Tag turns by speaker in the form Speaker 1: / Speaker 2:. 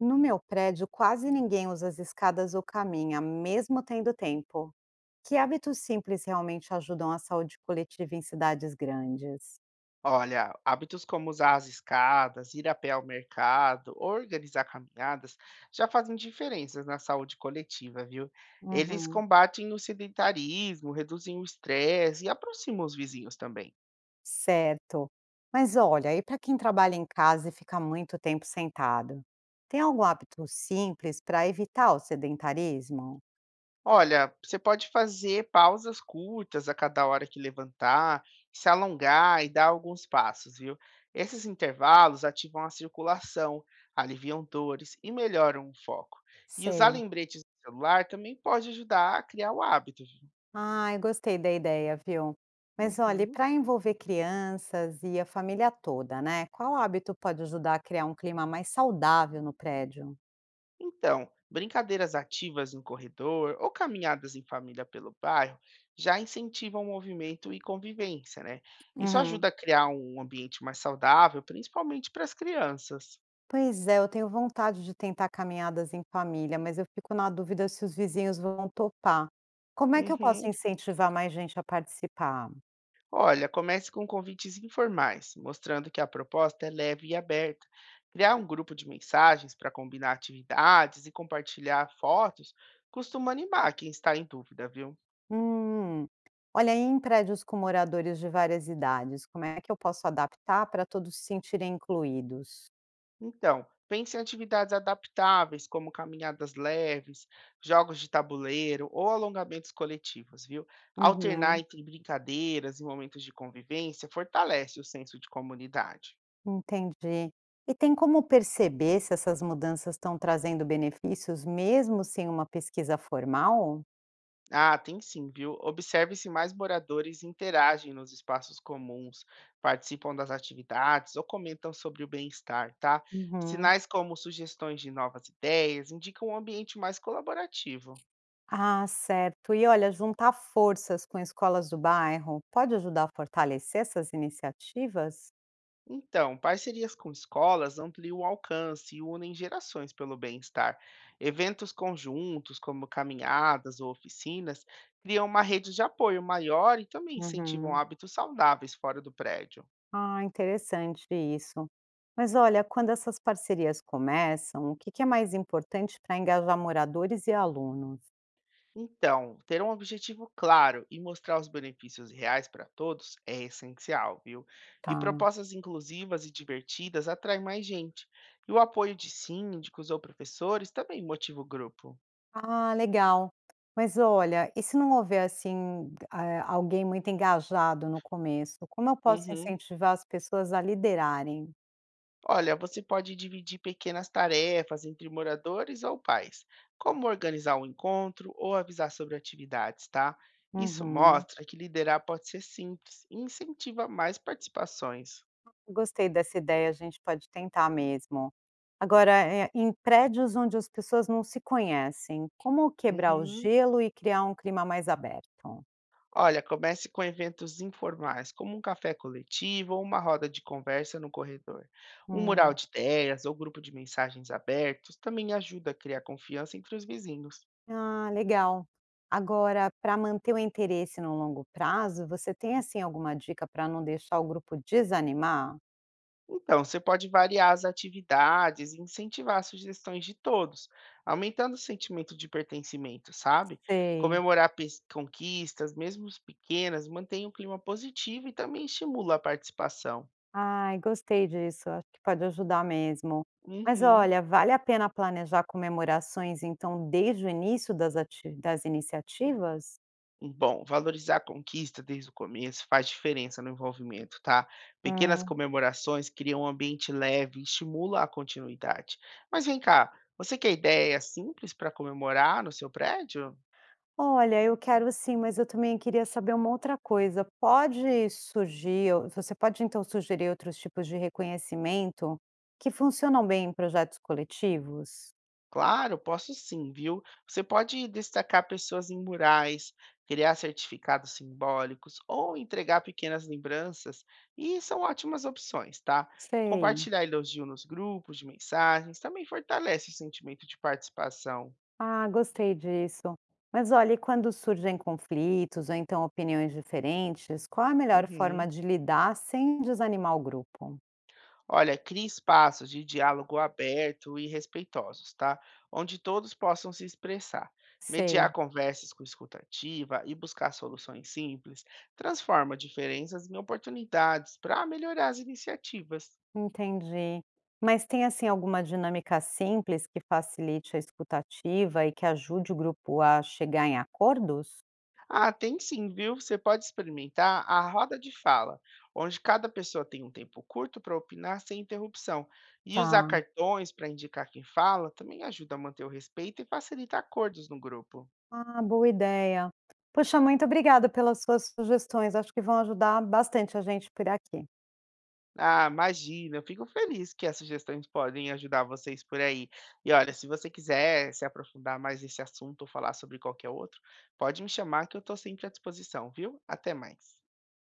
Speaker 1: No meu prédio, quase ninguém usa as escadas ou caminha, mesmo tendo tempo. Que hábitos simples realmente ajudam a saúde coletiva em cidades grandes?
Speaker 2: Olha, hábitos como usar as escadas, ir a pé ao mercado, organizar caminhadas, já fazem diferenças na saúde coletiva, viu? Eles
Speaker 1: Uhum,
Speaker 2: combatem o sedentarismo, reduzem o estresse e aproximam os vizinhos também.
Speaker 1: certo. Mas olha, e para quem trabalha em casa e fica muito tempo sentado? Tem algum hábito simples para evitar o sedentarismo?
Speaker 2: Olha, você pode fazer pausas curtas a cada hora que levantar, se alongar e dar alguns passos, viu? Esses intervalos ativam a circulação, aliviam dores e melhoram o foco. E usar
Speaker 1: Sei.
Speaker 2: lembretes no celular também pode ajudar a criar o hábito, viu?
Speaker 1: Ai, gostei da ideia, viu? Mas olha,
Speaker 2: Uhum.
Speaker 1: para envolver crianças e a família toda, né? Qual hábito pode ajudar a criar um clima mais saudável no prédio?
Speaker 2: Então, brincadeiras ativas no corredor ou caminhadas em família pelo bairro já incentivam o movimento e convivência, né? Isso
Speaker 1: Uhum.
Speaker 2: ajuda a criar um ambiente mais saudável, principalmente para as crianças.
Speaker 1: Pois é, eu tenho vontade de tentar caminhadas em família, mas eu fico na dúvida se os vizinhos vão topar. Como é que eu posso
Speaker 2: Uhum.
Speaker 1: incentivar mais gente a participar?
Speaker 2: Olha, comece com convites informais, mostrando que a proposta é leve e aberta. Criar um grupo de mensagens para combinar atividades e compartilhar fotos costuma animar quem está em dúvida, viu?
Speaker 1: Hum, olha, e em prédios com moradores de várias idades, como é que eu posso adaptar para todos se sentirem incluídos?
Speaker 2: Então, pense em atividades adaptáveis, como caminhadas leves, jogos de tabuleiro ou alongamentos coletivos, viu? Alternar
Speaker 1: Uhum.
Speaker 2: entre brincadeiras e momentos de convivência fortalece o senso de comunidade.
Speaker 1: Entendi. E tem como perceber se essas mudanças estão trazendo benefícios mesmo sem uma pesquisa formal?
Speaker 2: Ah, tem sim, viu? Observe se mais moradores interagem nos espaços comuns, participam das atividades ou comentam sobre o bem-estar, tá?
Speaker 1: Uhum.
Speaker 2: Sinais como sugestões de novas ideias indicam um ambiente mais colaborativo.
Speaker 1: Ah, certo. E olha, juntar forças com escolas do bairro pode ajudar a fortalecer essas iniciativas?
Speaker 2: Então, parcerias com escolas ampliam o alcance e unem gerações pelo bem-estar. Eventos conjuntos, como caminhadas ou oficinas, criam uma rede de apoio maior e também incentivam
Speaker 1: Uhum.
Speaker 2: hábitos saudáveis fora do prédio.
Speaker 1: Ah, interessante isso. Mas olha, quando essas parcerias começam, o que que é mais importante para engajar moradores e alunos?
Speaker 2: Então, ter um objetivo claro e mostrar os benefícios reais para todos é essencial, viu? E
Speaker 1: Tá.
Speaker 2: propostas inclusivas e divertidas atraem mais gente. E o apoio de síndicos ou professores também motiva o grupo.
Speaker 1: Ah, legal. Mas olha, e se não houver assim, alguém muito engajado no começo, como eu posso
Speaker 2: Uhum.
Speaker 1: incentivar as pessoas a liderarem?
Speaker 2: Olha, você pode dividir pequenas tarefas entre moradores ou pais, como organizar um encontro ou avisar sobre atividades, tá? Isso
Speaker 1: Uhum.
Speaker 2: mostra que liderar pode ser simples e incentiva mais participações.
Speaker 1: Gostei dessa ideia, a gente pode tentar mesmo. Agora, em prédios onde as pessoas não se conhecem, como quebrar o
Speaker 2: Uhum.
Speaker 1: gelo e criar um clima mais aberto?
Speaker 2: Olha, comece com eventos informais, como um café coletivo ou uma roda de conversa no corredor. Um mural
Speaker 1: Hum.
Speaker 2: de ideias ou grupo de mensagens abertos também ajuda a criar confiança entre os vizinhos.
Speaker 1: Ah, legal. Agora, para manter o interesse no longo prazo, você tem assim alguma dica para não deixar o grupo desanimar?
Speaker 2: Então, você pode variar as atividades e incentivar sugestões de todos, aumentando o sentimento de pertencimento, sabe?
Speaker 1: Sei.
Speaker 2: Comemorar conquistas, mesmo as pequenas, mantém o clima positivo e também estimula a participação.
Speaker 1: Ai, gostei disso, acho que pode ajudar mesmo. Mas
Speaker 2: Uhum.
Speaker 1: olha, vale a pena planejar comemorações, então, desde o início das iniciativas?
Speaker 2: Bom, valorizar a conquista desde o começo faz diferença no envolvimento, tá? Pequenas
Speaker 1: Hum.
Speaker 2: comemorações criam um ambiente leve e estimula a continuidade. Mas vem cá, você quer ideia simples para comemorar no seu prédio?
Speaker 1: Olha, eu quero sim, mas eu também queria saber uma outra coisa. Pode surgir ou você pode, então, sugerir outros tipos de reconhecimento que funcionam bem em projetos coletivos?
Speaker 2: Claro, posso sim, viu? Você pode destacar pessoas em murais, criar certificados simbólicos ou entregar pequenas lembranças, e são ótimas opções, tá?
Speaker 1: Sei.
Speaker 2: Compartilhar elogio nos grupos de mensagens também fortalece o sentimento de participação.
Speaker 1: Ah, gostei disso. Mas olha, e quando surgem conflitos ou então opiniões diferentes, qual é a melhor forma
Speaker 2: Uhum.
Speaker 1: de lidar sem desanimar o grupo?
Speaker 2: Olha, crie espaços de diálogo aberto e respeitosos, tá? Onde todos possam se expressar. Mediar
Speaker 1: Sei.
Speaker 2: conversas com escutativa e buscar soluções simples transforma diferenças em oportunidades para melhorar as iniciativas.
Speaker 1: Entendi. Mas tem assim alguma dinâmica simples que facilite a escutativa e que ajude o grupo a chegar em acordos?
Speaker 2: Ah, tem sim, viu? Você pode experimentar a roda de fala, onde cada pessoa tem um tempo curto para opinar sem interrupção. E usar
Speaker 1: Tá.
Speaker 2: cartões para indicar quem fala também ajuda a manter o respeito e facilita acordos no grupo.
Speaker 1: Ah, boa ideia. Poxa, muito obrigada pelas suas sugestões. Acho que vão ajudar bastante a gente por aqui.
Speaker 2: Ah, imagina, eu fico feliz que as sugestões podem ajudar vocês por aí. E olha, se você quiser se aprofundar mais nesse assunto ou falar sobre qualquer outro, pode me chamar que eu estou sempre à disposição, viu? Até mais.